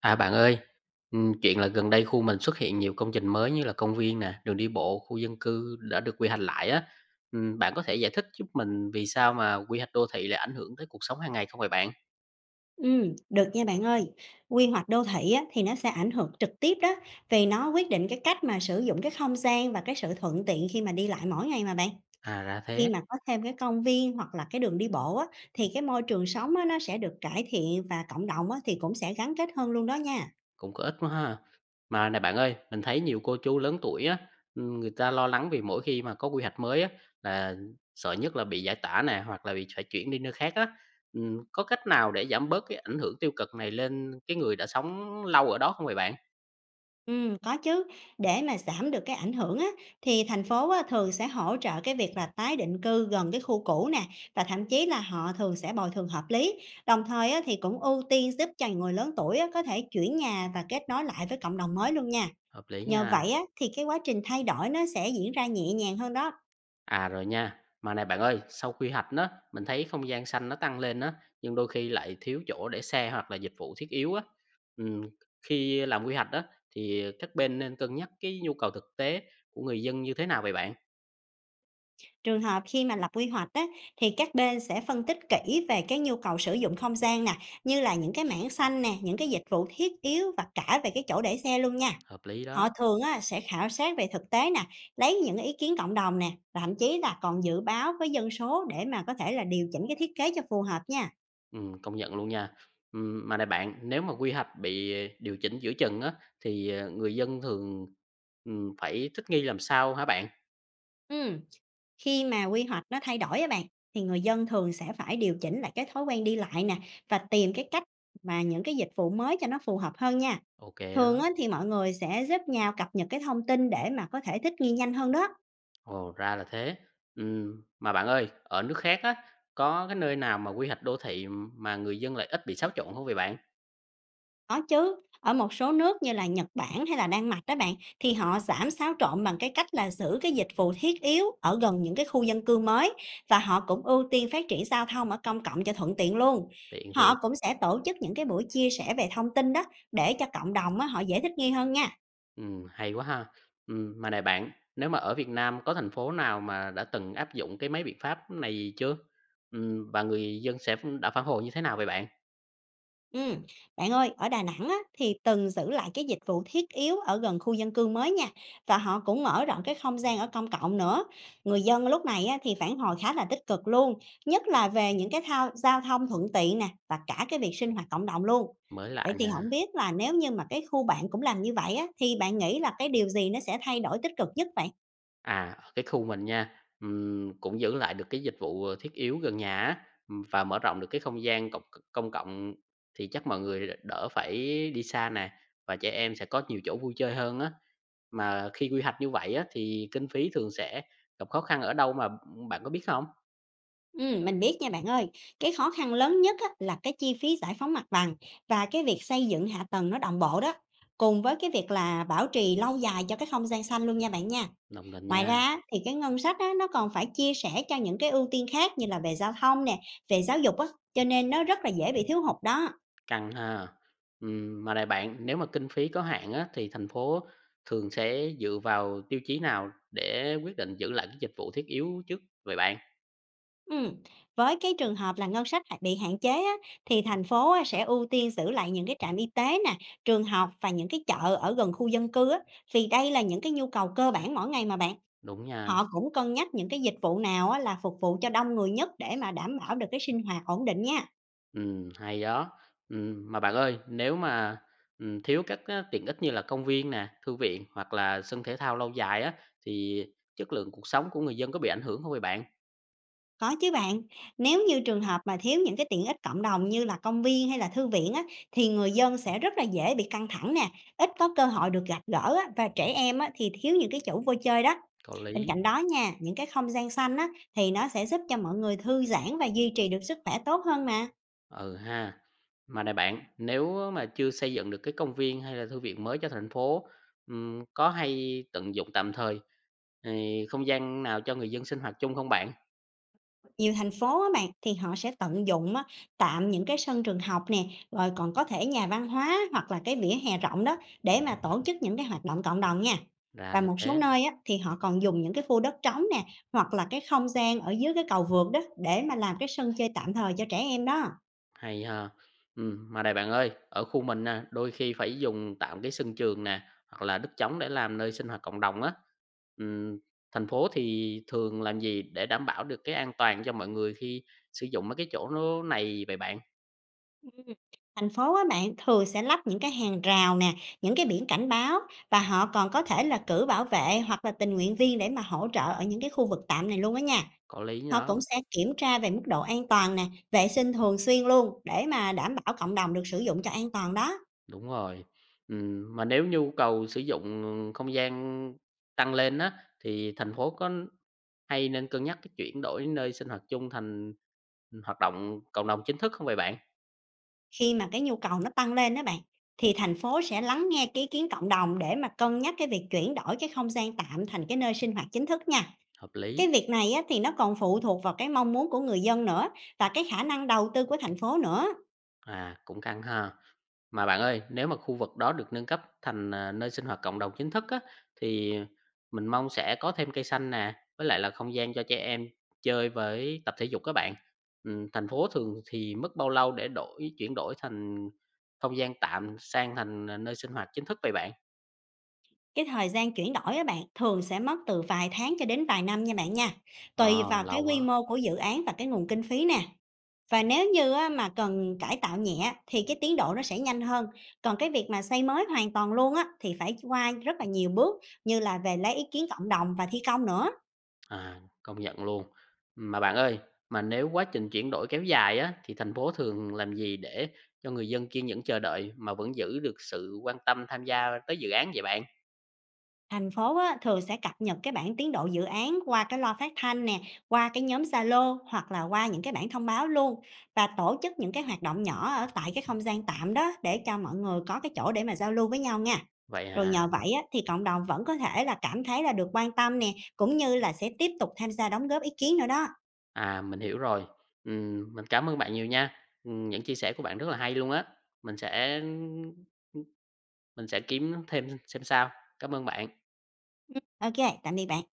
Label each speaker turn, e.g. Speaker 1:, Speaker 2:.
Speaker 1: À bạn ơi, chuyện là gần đây khu mình xuất hiện nhiều công trình mới như là công viên nè, đường đi bộ, khu dân cư đã được quy hoạch lại á. Bạn có thể giải thích giúp mình vì sao mà quy hoạch đô thị lại ảnh hưởng tới cuộc sống hàng ngày không vậy bạn?
Speaker 2: Được nha bạn ơi. Quy hoạch đô thị á, thì nó sẽ ảnh hưởng trực tiếp đó, vì nó quyết định cái cách mà sử dụng cái không gian và cái sự thuận tiện khi mà đi lại mỗi ngày mà bạn.
Speaker 1: À ra
Speaker 2: Khi
Speaker 1: thế,
Speaker 2: mà có thêm cái công viên hoặc là cái đường đi bộ á, thì cái môi trường sống á, nó sẽ được cải thiện và cộng đồng á, thì cũng sẽ gắn kết hơn luôn đó nha.
Speaker 1: cũng có ích quá ha. Mà này bạn ơi, mình thấy nhiều cô chú lớn tuổi á, người ta lo lắng vì mỗi khi mà có quy hoạch mới á là sợ nhất là bị giải tỏa nè hoặc là bị phải chuyển đi nơi khác á. Có cách nào để giảm bớt cái ảnh hưởng tiêu cực này lên cái người đã sống lâu ở đó không vậy bạn?
Speaker 2: Có chứ. Để mà giảm được cái ảnh hưởng á, thì thành phố á, thường sẽ hỗ trợ cái việc là tái định cư gần cái khu cũ nè và thậm chí là họ thường sẽ bồi thường hợp lý. Đồng thời á, thì cũng ưu tiên giúp cho người lớn tuổi á, có thể chuyển nhà và kết nối lại với cộng đồng mới luôn nha.
Speaker 1: Hợp lý
Speaker 2: Nhờ
Speaker 1: nha.
Speaker 2: vậy á, thì cái quá trình thay đổi nó sẽ diễn ra nhẹ nhàng hơn đó.
Speaker 1: À, rồi nha. Mà này bạn ơi, sau quy hoạch đó, mình thấy không gian xanh nó tăng lên đó, nhưng đôi khi lại thiếu chỗ để xe hoặc là dịch vụ thiết yếu á. Ừm, Khi làm quy hoạch đó thì các bên nên cân nhắc cái nhu cầu thực tế của người dân như thế nào vậy bạn?
Speaker 2: Trường hợp khi mà lập quy hoạch á, thì các bên sẽ phân tích kỹ về cái nhu cầu sử dụng không gian nè, như là những cái mảng xanh nè, những cái dịch vụ thiết yếu và cả về cái chỗ để xe luôn nha.
Speaker 1: Hợp lý đó.
Speaker 2: Họ thường á, sẽ khảo sát về thực tế nè, lấy những ý kiến cộng đồng nè, và thậm chí là còn dự báo với dân số để mà có thể là điều chỉnh cái thiết kế cho phù hợp nha.
Speaker 1: Công nhận luôn nha. Mà này bạn, nếu mà quy hoạch bị điều chỉnh giữa chừng á thì người dân thường phải thích nghi làm sao hả bạn?
Speaker 2: Ừm, Khi mà quy hoạch nó thay đổi á bạn, thì người dân thường sẽ phải điều chỉnh lại cái thói quen đi lại nè và tìm cái cách mà những cái dịch vụ mới cho nó phù hợp hơn nha.
Speaker 1: Ok
Speaker 2: Thường
Speaker 1: đó.
Speaker 2: á, thì mọi người sẽ giúp nhau cập nhật cái thông tin để mà có thể thích nghi nhanh hơn đó.
Speaker 1: Ồ, ra là thế. Mà bạn ơi, ở nước khác á, có cái nơi nào mà quy hoạch đô thị mà người dân lại ít bị xáo trộn không vậy bạn?
Speaker 2: Có chứ, ở một số nước như là Nhật Bản hay là Đan Mạch đó bạn, thì họ giảm xáo trộn bằng cái cách là giữ cái dịch vụ thiết yếu ở gần những cái khu dân cư mới và họ cũng ưu tiên phát triển giao thông ở công cộng cho thuận tiện luôn.
Speaker 1: Tiện
Speaker 2: Họ
Speaker 1: thiệt.
Speaker 2: cũng sẽ tổ chức những cái buổi chia sẻ về thông tin đó để cho cộng đồng á, họ dễ thích nghi hơn nha.
Speaker 1: Hay quá ha. Mà này bạn, nếu mà ở Việt Nam có thành phố nào mà đã từng áp dụng cái mấy biện pháp này chưa? Và người dân sẽ đã phản hồi như thế nào vậy bạn?
Speaker 2: Ừm, Bạn ơi, ở Đà Nẵng á, thì từng giữ lại cái dịch vụ thiết yếu ở gần khu dân cư mới nha và họ cũng mở rộng cái không gian ở công cộng nữa. Người dân lúc này á, thì phản hồi khá là tích cực luôn, nhất là về những cái thao, giao thông thuận tiện nè và cả cái việc sinh hoạt cộng đồng luôn.
Speaker 1: Mới lạ
Speaker 2: Vậy thì không
Speaker 1: nha.
Speaker 2: biết là nếu như mà cái khu bạn cũng làm như vậy á, thì bạn nghĩ là cái điều gì nó sẽ thay đổi tích cực nhất vậy?
Speaker 1: À, ở cái khu mình nha, cũng giữ lại được cái dịch vụ, thiết yếu gần nhà á, và mở rộng được cái không gian công cộng thì chắc mọi người đỡ phải đi xa nè, và trẻ em sẽ có nhiều chỗ vui chơi hơn á. Mà khi quy hoạch như vậy á, thì kinh phí thường sẽ gặp khó khăn ở đâu mà, bạn có biết không?
Speaker 2: Mình biết nha bạn ơi. Cái khó khăn lớn nhất á, là cái chi phí giải phóng mặt bằng và cái việc xây dựng hạ tầng nó đồng bộ đó, cùng với cái việc là bảo trì lâu dài cho cái không gian xanh luôn nha bạn nha.
Speaker 1: Đồng tình
Speaker 2: Ngoài
Speaker 1: nha,
Speaker 2: ra á, thì cái ngân sách á, nó còn phải chia sẻ cho những cái ưu tiên khác như là về giao thông nè, về giáo dục á, cho nên nó rất là dễ bị thiếu hụt đó.
Speaker 1: căng ha. Mà này bạn, nếu mà kinh phí có hạn á, thì thành phố thường sẽ dựa vào tiêu chí nào để quyết định giữ lại cái dịch vụ thiết yếu trước vậy bạn?
Speaker 2: Ừm, với cái trường hợp là ngân sách h bị hạn chế á, thì thành phố á sẽ ưu tiên giữ lại những cái trạm y tế nè, trường học và những cái chợ ở gần khu dân cư á, vì đây là những cái nhu cầu cơ bản mỗi ngày mà bạn.
Speaker 1: Đúng nha.
Speaker 2: Họ cũng cân nhắc những cái dịch vụ nào á là phục vụ cho đông người nhất để mà đảm bảo được cái sinh hoạt ổn định nha.
Speaker 1: Hay đó. Mà bạn ơi, nếu mà, thiếu các á tiện ích như là công viên nè, thư viện hoặc là sân thể thao lâu dài á, thì chất lượng cuộc sống của người dân có bị ảnh hưởng không vậy bạn?
Speaker 2: Có chứ bạn, nếu như trường hợp mà thiếu những cái tiện ích cộng đồng như là công viên hay là thư viện á, thì người dân sẽ rất là dễ bị căng thẳng nè, ít có cơ hội được gặp gỡ á, và trẻ em á, thì thiếu những cái chỗ vui chơi đó.
Speaker 1: Có
Speaker 2: Bên
Speaker 1: lý.
Speaker 2: cạnh đó nha, những cái không gian xanh á, thì nó sẽ giúp cho mọi người thư giãn và duy trì được sức khỏe tốt hơn nè.
Speaker 1: Ừ ha. Mà này bạn, nếu mà chưa xây dựng được cái công viên hay là thư viện mới cho thành phố, có hay tận dụng tạm thời, thì không gian nào cho người dân sinh hoạt chung không bạn?
Speaker 2: Nhiều thành phố á bạn thì họ sẽ tận dụng á, tạm những cái sân trường học nè, rồi còn có thể nhà văn hóa hoặc là cái vỉa hè rộng đó để mà tổ chức những cái hoạt động cộng đồng nha.
Speaker 1: Ra
Speaker 2: Và
Speaker 1: là
Speaker 2: một số
Speaker 1: thế.
Speaker 2: nơi á, thì họ còn dùng những cái khu đất trống nè hoặc là cái không gian ở dưới cái cầu vượt đó để mà làm cái sân chơi tạm thời cho trẻ em đó.
Speaker 1: Hay ha. Mà này bạn ơi, ở khu mình nè, đôi khi phải dùng tạm cái sân trường nè, hoặc là đất trống để làm nơi sinh hoạt cộng đồng á. Ừm, Thành phố thì thường làm gì để đảm bảo được cái an toàn cho mọi người khi sử dụng mấy cái chỗ nó này vậy bạn?
Speaker 2: Thành phố á bạn thường sẽ lắp những cái hàng rào nè, những cái biển cảnh báo và họ còn có thể là cử bảo vệ hoặc là tình nguyện viên để mà hỗ trợ ở những cái khu vực tạm này luôn á nha.
Speaker 1: Có lý
Speaker 2: Họ cũng
Speaker 1: đó,
Speaker 2: sẽ kiểm tra về mức độ an toàn nè, vệ sinh thường xuyên luôn để mà đảm bảo cộng đồng được sử dụng cho an toàn đó.
Speaker 1: đúng rồi. Mà nếu nhu cầu sử dụng không gian tăng lên á, thì thành phố có hay nên cân nhắc cái chuyển đổi nơi sinh hoạt chung thành hoạt động cộng đồng chính thức không vậy bạn?
Speaker 2: Khi mà cái nhu cầu nó tăng lên đó bạn, thì thành phố sẽ lắng nghe cái ý kiến cộng đồng để mà cân nhắc cái việc chuyển đổi cái không gian tạm thành cái nơi sinh hoạt chính thức nha.
Speaker 1: Hợp
Speaker 2: Cái
Speaker 1: lý.
Speaker 2: việc này á, thì nó còn phụ thuộc vào cái mong muốn của người dân nữa và cái khả năng đầu tư của thành phố nữa.
Speaker 1: À, cũng căng ha. Mà bạn ơi, nếu mà khu vực đó được nâng cấp thành, à, nơi sinh hoạt cộng đồng chính thức á, thì mình mong sẽ có thêm cây xanh nè, với lại là không gian cho trẻ em chơi với tập thể dục các bạn. Thành phố thường thì mất bao lâu để đổi chuyển đổi thành không gian tạm sang thành, à, nơi sinh hoạt chính thức vậy bạn?
Speaker 2: Cái thời gian chuyển đổi á bạn thường sẽ mất từ vài tháng cho đến vài năm nha bạn nha. Tùy
Speaker 1: Ờ,
Speaker 2: vào cái
Speaker 1: lâu
Speaker 2: quy
Speaker 1: ha.
Speaker 2: mô của dự án và cái nguồn kinh phí nè. Và nếu như á mà cần cải tạo nhẹ thì cái tiến độ nó sẽ nhanh hơn, còn cái việc mà xây mới hoàn toàn luôn á thì phải qua rất là nhiều bước như là về lấy ý kiến cộng đồng và thi công nữa.
Speaker 1: À, công nhận luôn. Mà bạn ơi, mà nếu quá trình chuyển đổi kéo dài á, thì thành phố thường làm gì để cho người dân kiên nhẫn chờ đợi mà vẫn giữ được sự quan tâm tham gia tới dự án vậy bạn?
Speaker 2: Thành phố á thường sẽ cập nhật cái bản tiến độ dự án qua cái loa phát thanh nè, qua cái nhóm Zalo hoặc là qua những cái bản thông báo luôn và tổ chức những cái hoạt động nhỏ ở tại cái không gian tạm đó để cho mọi người có cái chỗ để mà giao lưu với nhau nha.
Speaker 1: Vậy
Speaker 2: Rồi
Speaker 1: à,
Speaker 2: nhờ vậy á, thì cộng đồng vẫn có thể là cảm thấy là được quan tâm nè, cũng như là sẽ tiếp tục tham gia đóng góp ý kiến nữa đó.
Speaker 1: à mình hiểu rồi. Mình cảm ơn bạn nhiều nha. Những chia sẻ của bạn rất là hay luôn á. Mình sẽ mình sẽ kiếm thêm xem sao. Cảm ơn bạn.
Speaker 2: Ô Tạm biệt bạn.